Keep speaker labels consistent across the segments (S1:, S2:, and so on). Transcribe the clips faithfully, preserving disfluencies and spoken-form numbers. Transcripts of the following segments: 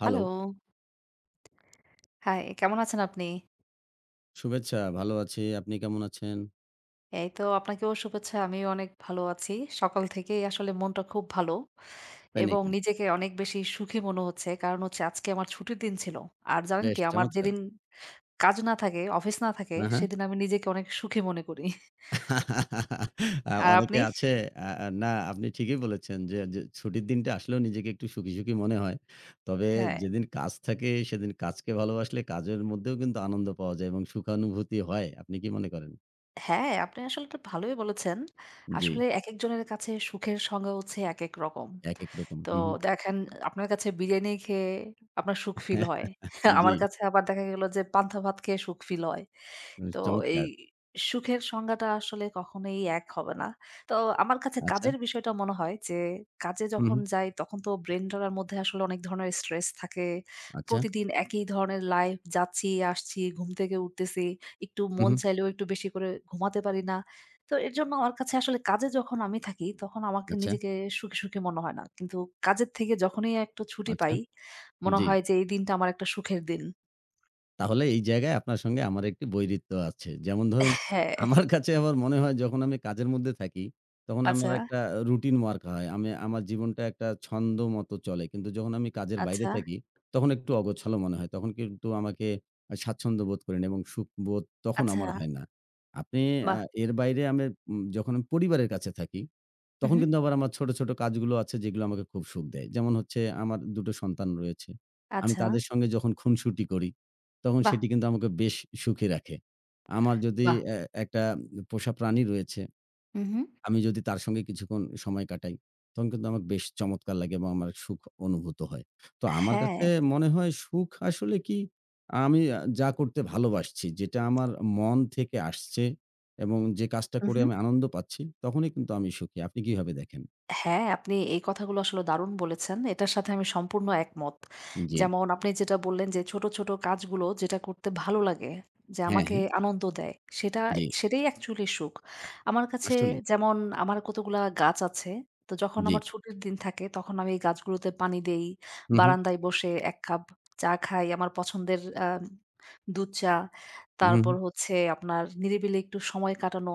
S1: Hello,
S2: hello. High, কেমন আছেন আপনি?
S1: শুভেচ্ছা। ভালো আছি। আপনি কেমন আছেন?
S2: এই তো আপনাকেও শুভেচ্ছা। আমিও অনেক ভালো আছি। সকাল থেকেই আসলে মনটা খুব ভালো
S1: তাই
S2: এবং
S1: নাকি?
S2: নিজেকে অনেক বেশি সুখী মনে হচ্ছে। কারণ হচ্ছে আজকে আমার ছুটির দিন ছিল। আর জানেন
S1: বেশ
S2: কি? আমার
S1: চমৎকার!
S2: যেদিন কাজ না থাকে, অফিস না থাকে,
S1: হ্যাঁ, হ্যাঁ।
S2: সেদিন আমি নিজেকে অনেক সুখী মনে করি।
S1: আ
S2: আর
S1: অনেকে
S2: আপনি?
S1: আছে আ আ না আপনি ঠিকই বলেছেন যে, যে ছুটির দিনটা আসলেও নিজেকে একটু সুখী, সুখী মনে হয়। তবে
S2: হ্যাঁ।
S1: যেদিন কাজ থাকে সেদিন কাজকে ভালোবাসলে কাজের মধ্যেও কিন্তু আনন্দ পাওয়া যায় এবং সুখানুভূতি হয়। আপনি কি মনে করেন?
S2: হ্যাঁ, আপনি আসলে এটা ভালোই বলেছেন।
S1: জি,
S2: আসলে একেকজনের কাছে সুখের সংজ্ঞা হচ্ছে একেক রকম।
S1: একেক রকম।
S2: তো
S1: হুম, হুম।
S2: দেখেন আপনার কাছে বিরিয়ানি খেয়ে আপনার সুখ ফিল হয়।
S1: জি,
S2: আমার কাছে আবার দেখা গেল যে পান্তা ভাত খেয়ে সুখ ফিল হয়। তো এই
S1: চমৎকার!
S2: সুখের সংজ্ঞাটা আসলে কখনোই এক হবে না। তো আমার কাছে
S1: আচ্ছা।
S2: কাজের বিষয়টা মনে হয় যে, কাজে
S1: হুম, হুম।
S2: যখন যাই তখন তো ব্রেইন ড্রার মধ্যে আসলে অনেক ধরনের স্ট্রেস থাকে।
S1: আচ্ছা।
S2: প্রতিদিন একই ধরনের লাইফ যাচ্ছি, আসছি, ঘুম থেকে উঠতেছি। একটু
S1: হুম,
S2: মন
S1: হুম।
S2: চাইলেও একটু বেশি করে ঘুমাতে পারি না। তো এর জন্য আমার কাছে আসলে কাজে যখন আমি থাকি তখন আমাকে
S1: আচ্ছা,
S2: নিজেকে সুখী, সুখী মনে হয় না। কিন্তু কাজের থেকে যখনই একটু ছুটি
S1: আচ্ছা।
S2: পাই, মনে
S1: জি।
S2: হয় যে এই দিনটা আমার একটা সুখের দিন।
S1: তাহলে এই জায়গায় আপনার সঙ্গে আমার একটি বৈরিত্ব আছে। যেমন ধরুন,
S2: হ্যাঁ।
S1: আমার কাছে আমার মনে হয় যখন আমি কাজের মধ্যে থাকি, তখন আমার
S2: আচ্ছা,
S1: একটা রুটিন মার্কা হয়। আমি আমার জীবনটা একটা ছন্দ মতো চলে। কিন্তু যখন আমি কাজের বাইরে
S2: আচ্ছা,
S1: থাকি, তখন একটু অগোছালো মনে হয়। তখন কিন্তু আমাকে আ স্বাচ্ছন্দ্য বোধ করি না এবং সুখবোধ তখন
S2: আচ্ছা।
S1: আমার হয় না। আপনি আ
S2: বাহ!
S1: এর বাইরে আমি উম যখন আমি পরিবারের কাছে থাকি
S2: হু,
S1: তখন
S2: হু।
S1: কিন্তু আবার আমার ছোট, ছোট কাজগুলো আছে যেগুলো আমাকে খুব সুখ দেয়। যেমন হচ্ছে আমার দুই টো সন্তান রয়েছে। আমি
S2: আচ্ছা,
S1: তাদের সঙ্গে যখন খুনসুটি করি, তখন
S2: বাহ!
S1: সেটি কিন্তু আমাকে বেশ সুখী রাখে। আমার যদি
S2: বাহ!
S1: এ একটা পোষা প্রাণী রয়েছে,
S2: হু, হু।
S1: আমি যদি তার সঙ্গে কিছুক্ষণ সময় কাটাই, তখন কিন্তু আমার বেশ চমৎকার লাগে এবং আমার সুখ অনুভূত হয়। তো আমার
S2: হ্যাঁ।
S1: কাছে মনে হয় সুখ আসলে কি আমি আ যা করতে ভালোবাসছি, যেটা আমার মন থেকে আসছে এবং যে কাজটা
S2: হু,
S1: করে
S2: হু।
S1: আমি আনন্দ পাচ্ছি, তখনই কিন্তু আমি সুখী। আপনি কিভাবে দেখেন?
S2: হ্যাঁ, আপনি এই কথাগুলো আসলে দারুণ বলেছেন। এটার সাথে আমি সম্পূর্ণ একমত।
S1: জি।
S2: যেমন আপনি যেটা বললেন যে ছোট, ছোট কাজগুলো যেটা করতে ভালো লাগে, যে
S1: হ্যাঁ,
S2: আমাকে
S1: হ্যাঁ।
S2: আনন্দ দেয়, সেটা
S1: জি।
S2: সেটাই অ্যাকচুয়ালি সুখ। আমার কাছে
S1: আসলেই।
S2: যেমন আমার কতগুলা গাছ আছে। তো যখন
S1: জি।
S2: আমার ছুটির দিন থাকে তখন আমি এই গাছগুলোতে পানি দেই।
S1: হু, হু,
S2: বারান্দায় বসে এক কাপ চা খাই। আমার পছন্দের আ দুধ চা,
S1: হু,
S2: তারপর
S1: হু।
S2: হচ্ছে আপনার নিরিবিলি একটু সময় কাটানো।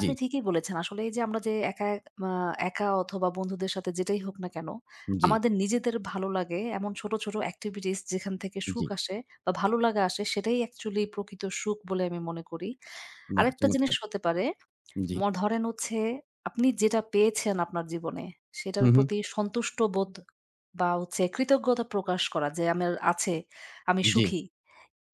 S1: জি,
S2: আপনি ঠিকই বলেছেন। আসলে এই যে আমরা যে একা আ একা অথবা বন্ধুদের সাথে যেটাই হোক না কেন,
S1: জি,
S2: আমাদের নিজেদের ভালো লাগে এমন ছোট, ছোট activities যেখান থেকে
S1: জি।
S2: সুখ আসে বা ভালো লাগা আসে সেটাই actually প্রকৃত সুখ বলে আমি মনে করি।
S1: বাহ!
S2: আরেকটা জিনিস
S1: চমৎকার।
S2: হতে পারে
S1: জি।
S2: ম ধরেন হচ্ছে আপনি যেটা পেয়েছেন আপনার জীবনে
S1: হু,
S2: সেটার
S1: হু।
S2: প্রতি সন্তুষ্ট বোধ বা হচ্ছে কৃতজ্ঞতা প্রকাশ করা যে আমার আছে, আমি
S1: জি।
S2: সুখী।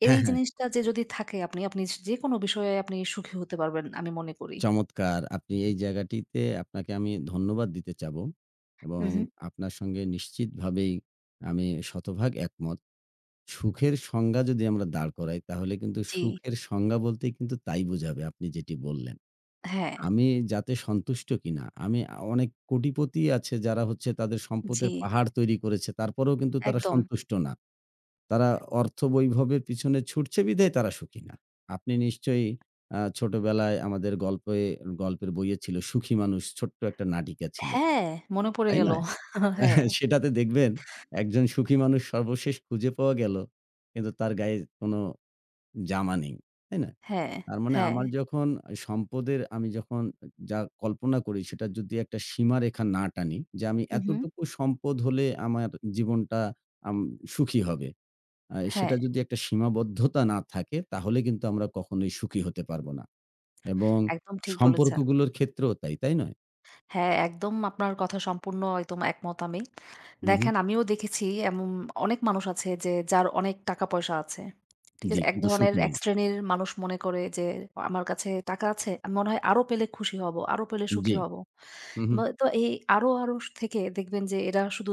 S1: হ্যাঁ,
S2: এই
S1: হ্যাঁ।
S2: জিনিসটা যে যদি থাকে আপনি, আপনি স যেকোনো বিষয়ে আপনি সুখী হতে পারবেন আমি মনে করি।
S1: চমৎকার। আপনি এই জায়গাটিতে আপনাকে আমি ধন্যবাদ দিতে চাবো এবং
S2: হু, হু।
S1: আপনার সঙ্গে নিশ্চিতভাবেই আমি শতভাগ একমত। সুখের সংজ্ঞা যদি আমরা দাঁড় করাই তাহলে কিন্তু
S2: জি,
S1: সুখের সংজ্ঞা বলতেই কিন্তু তাই বোঝাবে আপনি যেটি বললেন।
S2: হ্যাঁ,
S1: আমি যাতে সন্তুষ্ট কিনা। আমি আ অনেক কোটিপতি আছে যারা হচ্ছে তাদের
S2: জি,
S1: সম্পদের পাহাড় তৈরি করেছে। তারপরেও কিন্তু তারা
S2: একদম।
S1: সন্তুষ্ট না। তারা অর্থ বৈভবের পিছনে ছুটছে বিধায় তারা সুখী না। আপনি নিশ্চয়ই আ ছোটবেলায় আমাদের গল্পে গল্পের বইয়ে ছিল সুখী মানুষ ছোট্ট একটা নাটিকা ছিল।
S2: হ্যাঁ, মনে পড়ে
S1: তাই
S2: গেল।
S1: নয়?
S2: হ্যাঁ,
S1: সেটাতে দেখবেন একজন সুখী মানুষ সর্বশেষ খুঁজে পাওয়া গেল। কিন্তু তার গায়ে কোনো জামা নেই। তাই না?
S2: হ্যাঁ,
S1: তার মানে
S2: হ্যাঁ,
S1: আমার যখন সম্পদের আমি যখন যা কল্পনা করি সেটা যদি একটা সীমারেখা না টানি যে আমি
S2: হু, হু,
S1: এতটুকু সম্পদ হলে আমার জীবনটা আম সুখী হবে। আ সেটা
S2: হ্যাঁ,
S1: যদি একটা সীমাবদ্ধতা না থাকে তাহলে কিন্তু আমরা কখনোই সুখী হতে পারব না। এবং
S2: একদম ঠিক বলেছেন।
S1: সম্পর্কগুলোর ক্ষেত্রেও তাই, তাই নয়?
S2: হ্যাঁ, একদম আপনার কথা সম্পূর্ণ একদম একমত আমি।
S1: হু, হু।
S2: দেখেন আমিও দেখেছি এমন অনেক মানুষ আছে যে যার অনেক টাকা-পয়সা আছে। ঠিক
S1: জি,
S2: আছে? এক
S1: কিন্তু সুখ
S2: ধরনের এক
S1: নেই।
S2: শ্রেণীর মানুষ মনে করে যে আমার কাছে টাকা আছে। আমি মনে হয় আরো পেলে খুশি হব, আরো পেলে সুখী
S1: জি।
S2: হব।
S1: হু, হু।
S2: বা তো এই আরো, আরো থেকে দেখবেন যে এরা শুধু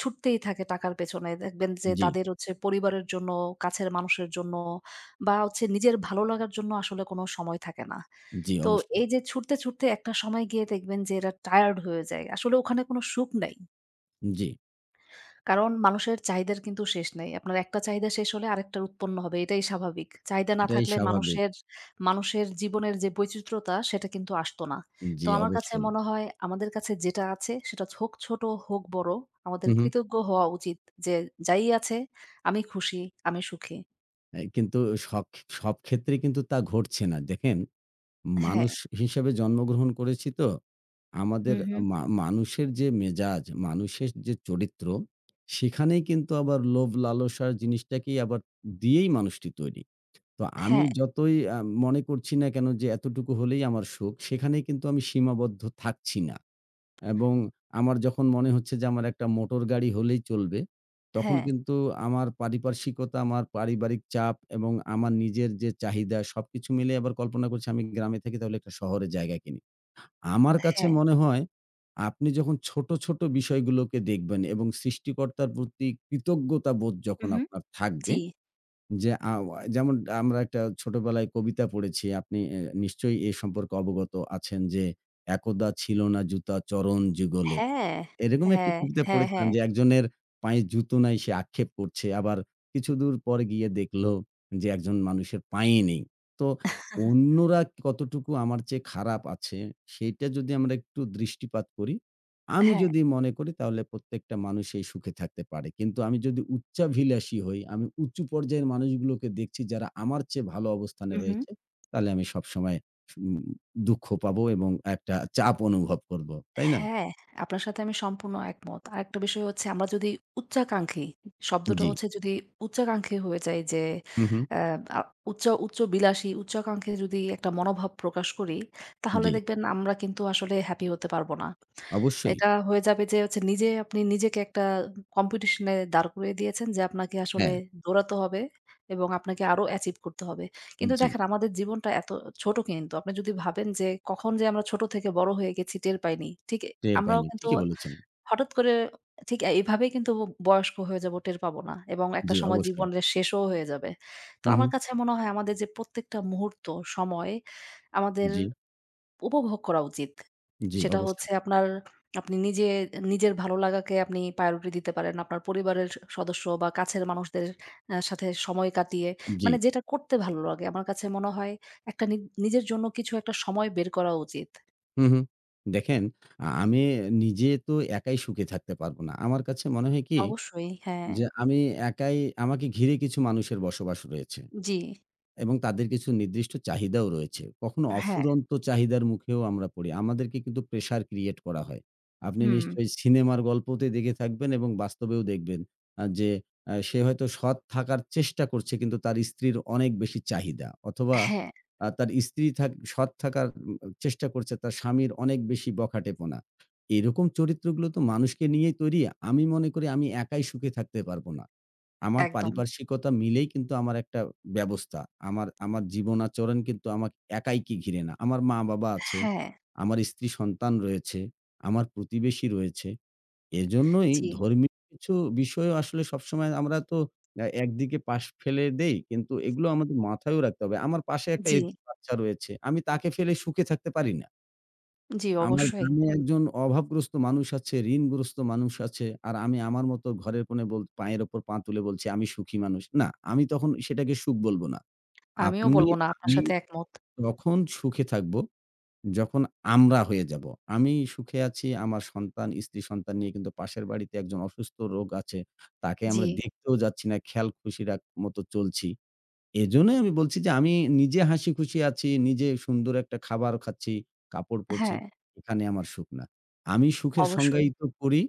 S2: ছুটতেই থাকে টাকার পেছনে। দেখবেন যে
S1: জি,
S2: তাদের হচ্ছে পরিবারের জন্য, কাছের মানুষের জন্য বা হচ্ছে নিজের ভালো লাগার জন্য আসলে কোনো সময় থাকে না।
S1: জি
S2: তো
S1: অবশ্যই।
S2: এই যে ছুটতে, ছুটতে একটা সময় গিয়ে দেখবেন যে এরা টায়ার্ড হয়ে যায়। আসলে ওখানে কোনো সুখ নাই।
S1: জি,
S2: কারণ মানুষের চাহিদার কিন্তু শেষ নাই। আপনার একটা চাহিদা শেষ হলে আরেকটার উৎপন্ন হবে। এটাই স্বাভাবিক। চাহিদা না
S1: এটাই
S2: থাকলে
S1: স্বাভাবিক।
S2: মানুষের মানুষের জীবনের যে বৈচিত্র্যতা সেটা কিন্তু আসতো না। তো
S1: জি
S2: আমার কাছে
S1: অবশ্যই।
S2: মনে হয় আমাদের কাছে যেটা আছে সেটা হোক ছোট হোক বড়
S1: হু,
S2: আমাদের
S1: হু।
S2: কৃতজ্ঞ হওয়া উচিত যে যাই আছে আমি খুশি, আমি সুখী।
S1: অ্যা কিন্তু সখ সব ক্ষেত্রে কিন্তু তা ঘটছে না। দেখেন
S2: হ্যাঁ।
S1: মানুষ হিসেবে জন্মগ্রহণ করেছি তো, আমাদের
S2: হুম, হুম।
S1: মা মানুষের যে মেজাজ, মানুষের যে চরিত্র, সেখানেই কিন্তু আবার লোভ লালসার জিনিসটাকেই আবার দিয়েই মানুষটি তৈরি। তো আমি
S2: হ্যাঁ,
S1: যতই আ মনে করছি না কেন যে এতটুকু হলেই আমার সুখ, সেখানেই কিন্তু আমি সীমাবদ্ধ থাকছি না। এবং আমার যখন মনে হচ্ছে যে আমার একটা মোটর গাড়ি হলেই চলবে, তখন
S2: হ্যাঁ,
S1: কিন্তু আমার পারিপার্শ্বিকতা, আমার পারিবারিক চাপ এবং আমার নিজের যে চাহিদা সবকিছু মিলিয়ে আবার কল্পনা করছি আমি গ্রামে থেকে তাহলে একটা শহরে জায়গা কিনি। আমার কাছে
S2: হ্যাঁ।
S1: মনে হয় আপনি যখন ছোট, ছোট বিষয়গুলোকে দেখবেন এবং সৃষ্টিকর্তার প্রতি কৃতজ্ঞতা বোধ যখন
S2: হুম, হুম।
S1: আপনার থাকবে
S2: জি।
S1: যে আ ওয়া যেমন আমরা একটা ছোটবেলায় কবিতা পড়েছি। আপনি এ নিশ্চয়ই এ সম্পর্কে অবগত আছেন যে, "একদা ছিল না জুতা চরণ যুগলে।"
S2: হ্যাঁ,
S1: এরকম একটি
S2: হ্যাঁ,
S1: কবিতায়
S2: হ্যাঁ,
S1: পড়েছিলাম
S2: হ্যাঁ,
S1: যে, একজনের পায়ে জুতো নাই সে আক্ষেপ করছে। আবার কিছুদূর পরে গিয়ে দেখলো যে, একজন মানুষের পায়েই নেই। তো অন্যরা কতটুকু আমার চেয়ে খারাপ আছে, সেইটা যদি আমরা একটু দৃষ্টিপাত করি, আমি
S2: হ্যাঁ।
S1: যদি মনে করি তাহলে প্রত্যেকটা মানুষই সুখে থাকতে পারে। কিন্তু আমি যদি উচ্চাভিলাষী হই, আমি উঁচু পর্যায়ের মানুষগুলোকে দেখছি যারা আমার চেয়ে ভালো অবস্থানে
S2: হুম, হুম।
S1: রয়েছে, তাহলে আমি সবসময় সু দুঃখ পাবো এবং একটা চাপ অনুভব করব। তাই না?
S2: হ্যাঁ, আপনার সাথে আমি সম্পূর্ণ একমত। আরেকটা বিষয় হচ্ছে আমরা যদি উচ্চাকাঙ্ক্ষী, শব্দটা
S1: জি।
S2: হচ্ছে যদি উচ্চাকাঙ্ক্ষী হয়ে যাই যে
S1: হু, হু।
S2: অ্যা আ উচ্চ উচ্চবিলাসী, উচ্চাকাঙ্ক্ষী যদি একটা মনোভাব প্রকাশ করি, তাহলে
S1: জি,
S2: দেখবেন আমরা কিন্তু আসলে হ্যাপি হতে পারব না।
S1: অবশ্যই।
S2: এটা হয়ে যাবে যে হচ্ছে নিজে আপনি নিজেকে একটা কম্পিটিশন এ দাঁড় করিয়ে দিয়েছেন যে আপনাকে আসলে
S1: হ্যাঁ,
S2: দৌড়াতে হবে এবং আপনাকে আরো অ্যাচিভ করতে হবে। কিন্তু
S1: জি,
S2: দেখেন আমাদের জীবনটা এত ছোট কিন্তু। আপনি যদি ভাবেন যে কখন যে আমরা ছোট থেকে বড় হয়ে গেছি টের পাইনি। ঠিক
S1: টের
S2: আমরাও
S1: পাইনি।
S2: কিন্তু
S1: ঠিকই বলেছেন।
S2: হঠাৎ করে ঠিক এভাবেই কিন্তু বয়স্ক হয়ে যাব টের পাবো না এবং একটা
S1: জি,
S2: সময়
S1: অবশ্যই।
S2: জীবনের শেষও হয়ে যাবে। তো
S1: হু, হু।
S2: আমার কাছে মনে হয় আমাদের যে প্রত্যেকটা মুহূর্ত, সময় আমাদের
S1: জি,
S2: উপভোগ করা উচিত।
S1: জি,
S2: সেটা
S1: অবশ্যই।
S2: হচ্ছে আপনার আপনি নিজে নিজের ভালো লাগাকে আপনি priority দিতে পারেন। আপনার পরিবারের সদস্য বা কাছের মানুষদের আ সাথে সময় কাটিয়ে
S1: জি,
S2: মানে যেটা করতে ভালো লাগে। আমার কাছে মনে হয় একটা নি নিজের জন্য কিছু একটা সময় বের করা উচিত।
S1: হু, হু। দেখেন আ আমি নিজে তো একাই সুখে থাকতে পারব না। আমার কাছে মনে হয় কি
S2: অবশ্যই, হ্যাঁ।
S1: যে আমি একাই আমাকে ঘিরে কিছু মানুষের বসবাস রয়েছে।
S2: জি।
S1: এবং তাদের কিছু নির্দিষ্ট চাহিদাও রয়েছে। কখনো
S2: হ্যাঁ,
S1: অফুরন্ত চাহিদার মুখেও আমরা পড়ি। আমাদেরকে কিন্তু প্রেশার ক্রিয়েট করা হয়। আপনি
S2: হুম।
S1: নিশ্চয়ই সিনেমার গল্পতে দেখে থাকবেন এবং বাস্তবেও দেখবেন আ যে আ সে হয়তো সৎ থাকার চেষ্টা করছে কিন্তু তার স্ত্রীর অনেক বেশি চাহিদা অথবা
S2: হ্যাঁ,
S1: আ তার স্ত্রী থাক সৎ থাকার উম চেষ্টা করছে তার স্বামীর অনেক বেশি বখাটেপনা। এরকম চরিত্রগুলো তো মানুষকে নিয়েই তৈরি। আমি মনে করি আমি একাই সুখে থাকতে পারব না। আমার
S2: একদম।
S1: পারিপার্শ্বিকতা মিলেই কিন্তু আমার একটা ব্যবস্থা। আমার আমার জীবন আচরণ কিন্তু আমাকে একাইকে ঘিরে না। আমার মা-বাবা আছে,
S2: হ্যাঁ,
S1: আমার স্ত্রী সন্তান রয়েছে, আমার প্রতিবেশী রয়েছে। এজন্যই
S2: জি,
S1: ধর্মীয় কিছু বিষয়ও আসলে সবসময় আমরা তো অ্যা একদিকে পাশ ফেলে দেই। কিন্তু এগুলো আমাদের মাথায়ও রাখতে হবে। আমার পাশে একটা
S2: জি,
S1: এতিম বাচ্চা রয়েছে। আমি তাকে ফেলে সুখে থাকতে পারি না।
S2: জি
S1: আমার
S2: অবশ্যই।
S1: গ্রামে একজন অভাবগ্রস্ত মানুষ আছে, ঋণগ্রস্ত মানুষ আছে। আর আমি আমার মতো ঘরের কোণে বল পায়ের ওপর পা তুলে বলছি, "আমি সুখী মানুষ।" না, আমি তখন সেটাকে সুখ বলব না।
S2: আমিও
S1: আপনি
S2: বলব না, আপনার
S1: আমি
S2: সাথে একমত।
S1: তখন সুখে থাকব, যখন আমরা হয়ে যাব। আমি সুখে আছি, আমার সন্তান, স্ত্রী-সন্তান নিয়ে কিন্তু পাশের বাড়িতে একজন অসুস্থ রোগ আছে। তাকে
S2: জি,
S1: আমরা দেখতেও যাচ্ছি না, খেয়াল খুশি রাখ মতো চলছি। এজন্যই আমি বলছি যে আমি নিজে হাসিখুশি আছি, নিজে সুন্দর একটা খাবার খাচ্ছি, কাপড় পরছি।
S2: হ্যাঁ,
S1: এখানে আমার সুখ না। আমি সুখের
S2: অবশ্যই।
S1: সংজ্ঞায়িত করি,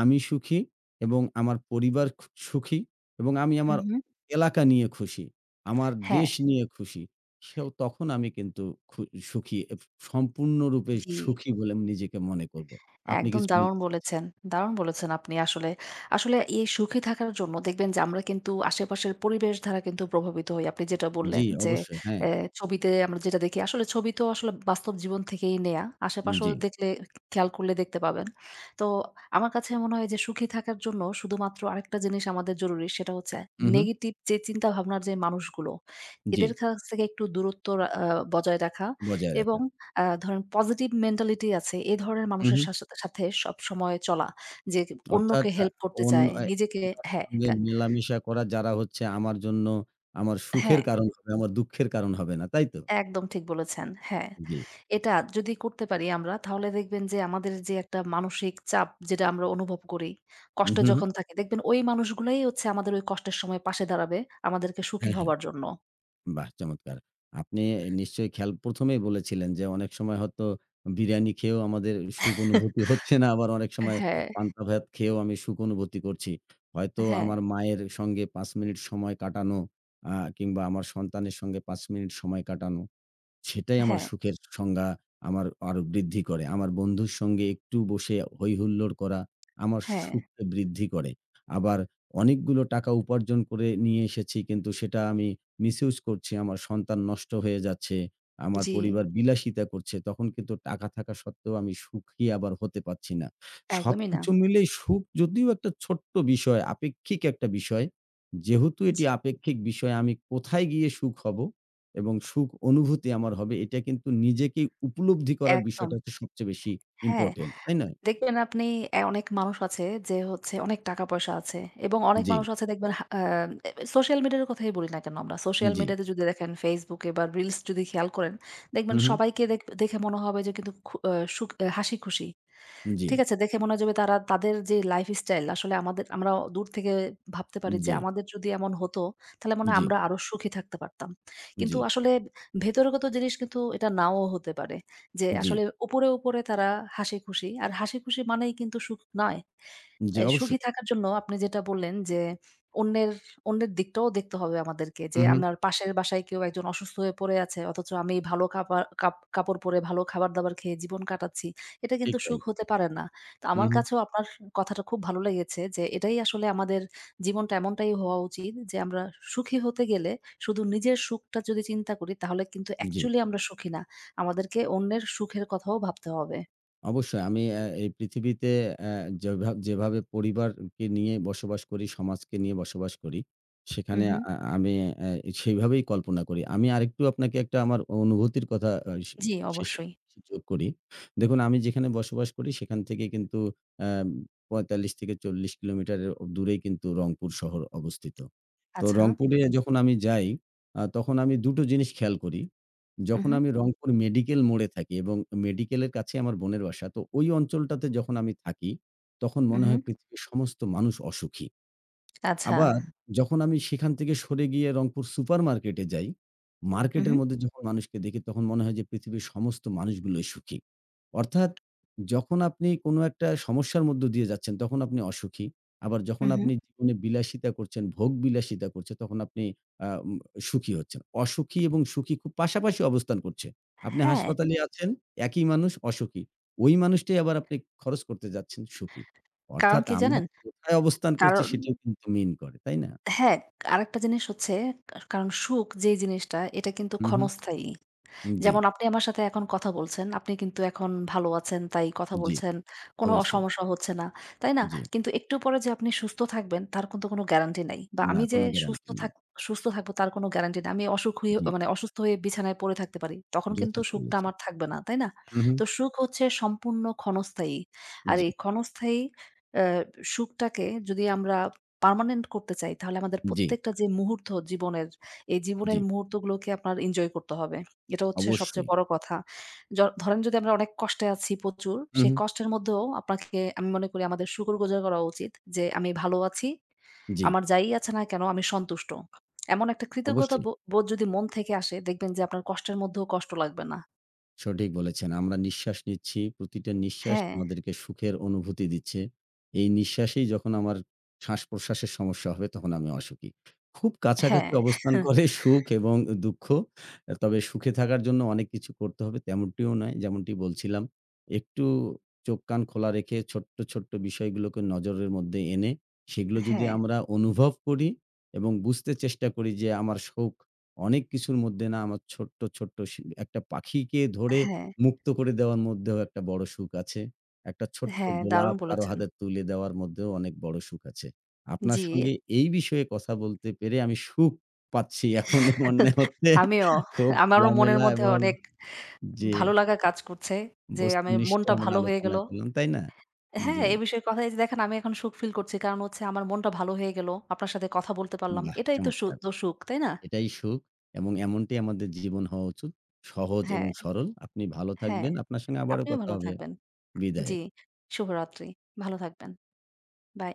S1: আমি সুখী এবং আমার পরিবার খু সুখী এবং আমি
S2: হু,
S1: আমার
S2: হু।
S1: এলাকা নিয়ে খুশি, আমার
S2: হ্যাঁ,
S1: দেশ নিয়ে খুশি। সেও তখন আমি কিন্তু খু সুখী, এব সম্পূর্ণরূপে
S2: জি।
S1: সুখী বলে আমি নিজেকে মনে করব। আপনি
S2: একদম
S1: কিছু
S2: দারুণ
S1: বলতে চাচ্ছেন?
S2: বলেছেন। দারুণ বলেছেন আপনি আসলে। আসলে এই সুখী থাকার জন্য দেখবেন যে আমরা কিন্তু আশেপাশের পরিবেশ দ্বারা কিন্তু প্রভাবিত হই। আপনি যেটা
S1: জি,
S2: বললেন যে
S1: অবশ্যই। হ্যাঁ,
S2: এ ছবিতে আমরা যেটা দেখি আসলে ছবি তো আসলে বাস্তব জীবন থেকেই নেয়া। আশেপাশেও
S1: জি।
S2: দেখলে খেয়াল করলে দেখতে পাবেন। তো আমার কাছে মনে হয় যে সুখী থাকার জন্য শুধুমাত্র আরেকটা জিনিস আমাদের জরুরি সেটা হচ্ছে
S1: হু, হু।
S2: নেগেটিভ যে চিন্তা ভাবনার যে মানুষগুলো
S1: জি,
S2: এদের কাছ থেকে একটু দূরত্ব রা আ বজায় রাখা
S1: বজায়
S2: এবং
S1: রাখা।
S2: আ ধরেন পজিটিভ মেন্টালিটি আছে। এ ধরনের
S1: হু, হু।
S2: মানুষের সাস সাথে সবসময় চলা। যে
S1: অর্থাৎ
S2: অন্যকে
S1: আ
S2: হেল্প করতে
S1: অন
S2: চায়,
S1: এ
S2: নিজেকে
S1: কারো
S2: হ্যাঁ,
S1: সঙ্গে
S2: কা
S1: মেলামেশা করা যারা হচ্ছে আমার জন্য আমার সুখের
S2: হ্যাঁ,
S1: কারণ হবে, আমার দুঃখের কারণ হবে না। তাই তো?
S2: একদম ঠিক বলেছেন। হ্যাঁ,
S1: জি।
S2: এটা যদি করতে পারি আমরা তাহলে দেখবেন যে আমাদের যে একটা মানসিক চাপ যেটা আমরা অনুভব করি, কষ্টে
S1: উহু, হু।
S2: যখন থাকি দেখবেন ওই মানুষগুলাই হচ্ছে আমাদের ওই কষ্টের সময় পাশে দাঁড়াবে আমাদেরকে সুখী
S1: হ্যাঁ, হ্যাঁ।
S2: হবার জন্য।
S1: বাহ! চমৎকার। আপনি নিশ্চয়ই খেয়াল প্রথমে এই বলেছিলেন যে অনেক সময় হয়তো বিরিয়ানি খেয়েও আমাদের সুখ অনুভূতি হচ্ছে না। আবার অনেক সময়
S2: হ্যাঁ,
S1: পান্তা ভাত খেয়েও আমি সুখ অনুভূতি করছি। হয়তো
S2: হ্যাঁ,
S1: আমার মায়ের সঙ্গে পাঁচ মিনিট সময় কাটানো আ কিংবা আমার সন্তানের সঙ্গে পাঁচ মিনিট সময় কাটানো সেটাই আমার
S2: হ্যাঁ,
S1: সুখের সংজ্ঞা আমার আরো বৃদ্ধি করে। আমার বন্ধুর সঙ্গে একটু বসে হইহুল্লোড় করা আমার
S2: হ্যাঁ,
S1: সুখকে বৃদ্ধি করে। আবার অনেকগুলো টাকা উপার্জন করে নিয়ে এসেছি কিন্তু সেটা আমি মিসইউজ করছি। আমার সন্তান নষ্ট হয়ে যাচ্ছে। আমার
S2: জি,
S1: পরিবার বিলাসিতা করছে। তখন কিন্তু টাকা থাকা সত্ত্বেও আমি সুখী আবার হতে পারছি না।
S2: একদমই না।
S1: সবকিছু মিলেই সুখ যদিও একটা ছোট্ট বিষয়, আপেক্ষিক একটা বিষয়। যেহেতু এটি
S2: জি,
S1: আপেক্ষিক বিষয় আমি কোথায় গিয়ে সুখ হব এবং সুখ অনুভূতি আমার হবে এটা কিন্তু নিজেকে উপলব্ধি করার
S2: একদম।
S1: বিষয়টা হচ্ছে সবচেয়ে বেশি
S2: হ্যাঁ।
S1: ইম্পোর্টেন্ট, তাই না?
S2: দেখবেন আপনি অ্যা অনেক মানুষ আছে যে হচ্ছে অনেক টাকা পয়সা আছে এবং অনেক
S1: জি,
S2: মানুষ আছে দেখবেন হা আ সোশ্যাল মিডিয়ার কথাই বলি না কেন আমরা। সোশ্যাল
S1: জি।
S2: মিডিয়াতে যদি দেখেন Facebook এ বা রিলস যদি খেয়াল করেন,
S1: হু,
S2: দেখবেন
S1: হু।
S2: সবাইকে দেখ দেখে মনে হবে যে কিন্তু খু আ সুখ আহ, হাসি খুশি।
S1: জি,
S2: ঠিক আছে, দেখে মনে হবে তারা তাদের যে লাইফস্টাইল আসলে আমাদের আমরা দূর থেকে ভাবতে পারি যে
S1: জি,
S2: আমাদের যদি এমন হতো তাহলে মনে হয়
S1: জি,
S2: আমরা আরো সুখী থাকতে পারতাম।
S1: জি,
S2: কিন্তু আসলে ভেতরগত জিনিস কিন্তু এটা নাও হতে পারে। যে
S1: জি,
S2: আসলে উপরে, উপরে তারা হাসিখুশি। আর হাসিখুশি মানেই কিন্তু সুখ নয়।
S1: জি,
S2: এ সুখী
S1: অবশ্যই।
S2: থাকার জন্য আপনি যেটা বললেন যে, অন্যের অন্যের দিকটাও দেখতে হবে আমাদেরকে
S1: হু,
S2: যে,
S1: হু।
S2: আমার পাশের বাসায় কেউ একজন অসুস্থ হয়ে পড়ে আছে। অথচ আমি ভালো কাপা কাপ কাপড় পরে, ভালো খাবার-দাবার খেয়ে জীবন কাটাচ্ছি। এটা
S1: ঠিক
S2: কিন্তু
S1: তাই।
S2: সুখ হতে পারে না। তো
S1: হু,
S2: আমার
S1: হু।
S2: কাছেও আপনার কথাটা খুব ভালো লেগেছে যে, এটাই আসলে আমাদের জীবনটা এমনটাই হওয়া উচিত যে, আমরা সুখী হতে গেলে শুধু নিজের সুখটা যদি চিন্তা করি তাহলে কিন্তু
S1: জি।
S2: অ্যাকচুয়ালি আমরা সুখী না। আমাদেরকে অন্যের সুখের কথাও ভাবতে হবে।
S1: অবশ্যই আমি অ্যা এই পৃথিবীতে অ্যা যেভা যেভাবে পরিবারকে নিয়ে বসবাস করি, সমাজকে নিয়ে বসবাস করি, সেখানে
S2: উহু,
S1: আ আমি অ্যা সেইভাবেই কল্পনা করি। আমি আরেকটু আপনাকে একটা আমার অনুভূতির কথা আ শে
S2: জি
S1: শেষে
S2: অবশ্যই।
S1: যোগ করি। দেখুন আমি যেখানে বসবাস করি সেখান থেকে কিন্তু অ্যাম পঁয়তাল্লিশ থেকে চল্লিশ কিলোমিটারের দূরেই কিন্তু রংপুর শহর অবস্থিত। তো
S2: আচ্ছা।
S1: রংপুরে যখন আমি যাই আ তখন আমি দুই টো জিনিস খেয়াল করি। যখন
S2: উহু,
S1: আমি রংপুর মেডিকেল মোড়ে থাকি এবং মেডিকেলের কাছে আমার বোনের বাসা। তো ওই অঞ্চলটাতে যখন আমি থাকি, তখন মনে
S2: উহু।
S1: হয় পৃথিবীর সমস্ত মানুষ অসুখী।
S2: আচ্ছা।
S1: আবার যখন আমি সেখান থেকে সরে গিয়ে রংপুর সুপারমার্কেটে যাই,
S2: হু,
S1: মার্কেটের
S2: হু,
S1: মধ্যে যখন মানুষকে দেখি তখন মনে হয় যে পৃথিবীর সমস্ত মানুষগুলোই সুখী। অর্থাৎ যখন আপনি কোনো একটা সমস্যার মধ্য দিয়ে যাচ্ছেন তখন আপনি অসুখী। আবার
S2: হু,
S1: যখন
S2: হু।
S1: আপনি জীবনে বিলাসিতা করছেন, ভোগ বিলাসিতা করছে তখন আপনি আ উম সুখী হচ্ছেন। অসুখী এবং সুখী খুব পাশাপাশি অবস্থান করছে। আপনি
S2: হ্যাঁ,
S1: হাসপাতালে আছেন, একই মানুষ অসুখী। ওই মানুষটাই আবার আপনি খরচ করতে যাচ্ছেন সুখী।
S2: কারণ
S1: অর্থাৎ
S2: কি
S1: আমরা
S2: জানেন?
S1: কোথায় অবস্থান করছি
S2: কারণ
S1: সেটাও কিন্তু মিন করে, তাই না?
S2: হ্যাঁ, আরেকটা জিনিস হচ্ছে কারণ সুখ যেই জিনিসটা এটা কিন্তু
S1: হু, হু।
S2: ক্ষণস্থায়ী।
S1: জি,
S2: যেমন আপনি আমার সাথে এখন কথা বলছেন। আপনি কিন্তু এখন ভালো আছেন, তাই কথা
S1: জি,
S2: বলছেন। কোনো অ
S1: অবশ্যই।
S2: সমস্যা হচ্ছে না। তাই না?
S1: জি।
S2: কিন্তু একটু পরে যে আপনি সুস্থ থাকবেন তার কিন্তু কোনো গ্যারান্টি নাই। বা
S1: না
S2: আমি যে
S1: কোনো
S2: সুস্থ
S1: গ্যারান্টি নেই।
S2: থাক সুস্থ থাকবো তার কোনো গ্যারান্টি নাই। আমি অসুখ হয়ে
S1: জি,
S2: মানে অসুস্থ হয়ে বিছানায় পড়ে থাকতে পারি। তখন কিন্তু
S1: যথার্থ
S2: সুখটা
S1: বলেছেন।
S2: আমার থাকবে না। তাই না?
S1: হু, হু।
S2: তো সুখ হচ্ছে সম্পূর্ণ ক্ষণস্থায়ী। আর
S1: জি,
S2: এই ক্ষণস্থায়ী অ্যা সুখটাকে যদি আমরা পার্মানেন্ট করতে চাই তাহলে আমাদের
S1: জি,
S2: প্রত্যেকটা যে মুহূর্ত জীবনের, এই
S1: জি।
S2: জীবনের মুহূর্তগুলোকে আপনার এনজয় করতে হবে। এটা হচ্ছে সবচেয়ে
S1: অবশ্যই।
S2: বড় কথা। য ধরেন যদি আমরা অনেক কষ্টে আছি প্রচুর,
S1: হু, হু।
S2: সেই কষ্টের মধ্যেও আপনাকে আমি মনে করি আমাদের শুকরগুজার করা উচিত যে, "আমি ভালো আছি।
S1: জি,
S2: আমার যাই আছে না কেন আমি সন্তুষ্ট।" এমন একটা কৃতজ্ঞতা
S1: অবশ্যই।
S2: বো বোধ যদি মন থেকে আসে, দেখবেন যে আপনার কষ্টের মধ্যেও কষ্ট লাগবে না।
S1: সঠিক বলেছেন। আমরা নিঃশ্বাস নিচ্ছি। প্রতিটা নিঃশ্বাস
S2: হ্যাঁ,
S1: আমাদেরকে সুখের অনুভূতি দিচ্ছে। এই নিঃশ্বাসেই যখন আমার শ্বাস-প্রশ্বাসের সমস্যা হবে তখন আমি অসুখী। খুব কাছাকাছি
S2: হ্যাঁ,
S1: অবস্থান করে সুখ এবং দুঃখ। তবে সুখে থাকার জন্য অনেক কিছু করতে হবে তেমনটিও নয়। যেমনটি বলছিলাম, একটু চোখ কান খোলা রেখে ছোট্ট, ছোট্ট বিষয়গুলোকে নজরের মধ্যে এনে সেগুলো যদি
S2: হ্যাঁ,
S1: আমরা অনুভব করি এবং বুঝতে চেষ্টা করি যে আমার সুখ অনেক কিছুর মধ্যে না আমার ছোট্ট, ছোট্ট সি একটা পাখিকে ধরে
S2: হ্যাঁ,
S1: মুক্ত করে দেওয়ার মধ্যেও একটা বড় সুখ আছে। একটা ছোট্ট
S2: হ্যাঁ, দারুণ
S1: গোলাপ কারো
S2: বলেছেন।
S1: হাতে তুলে দেওয়ার মধ্যেও অনেক বড় সুখ আছে। আপনার
S2: জি।
S1: সঙ্গে এই বিষয়ে কথা বলতে পেরে আমি সুখ পাচ্ছি। এখন মনে হচ্ছে
S2: আমিও।
S1: খুব
S2: আমারও মনের
S1: খোলামেলা
S2: মধ্যে
S1: এবং
S2: অনেক
S1: যে
S2: ভালো লাগা কাজ করছে যে, আমি
S1: বস্তুনিষ্ঠ
S2: মনটা
S1: আমরা
S2: ভালো হয়ে
S1: আলোচনা
S2: গেল।
S1: করলাম, তাই না? জি,
S2: হ্যাঁ, এ বিষয়ে কথা এই যে দেখেন আমি এখন সুখ ফিল করছি। কারণ হচ্ছে আমার মনটা ভালো হয়ে গেল। আপনার সাথে কথা বলতে পারলাম।
S1: বাহ!
S2: এটাই তো সু
S1: চমৎকার।
S2: তো সুখ, তাই না?
S1: এটাই সুখ এবং এমনটি আমাদের জীবন হওয়া উচিত। সহজ এবং
S2: হ্যাঁ,
S1: সরল। আপনি ভালো
S2: হ্যাঁ।
S1: থাকবেন। আপনার সঙ্গে আবারও
S2: আপনিও
S1: কথা
S2: ভালো
S1: হবে।
S2: থাকবেন।
S1: বিদায়।
S2: জি, শুভরাত্রি। ভালো থাকবেন। বাই।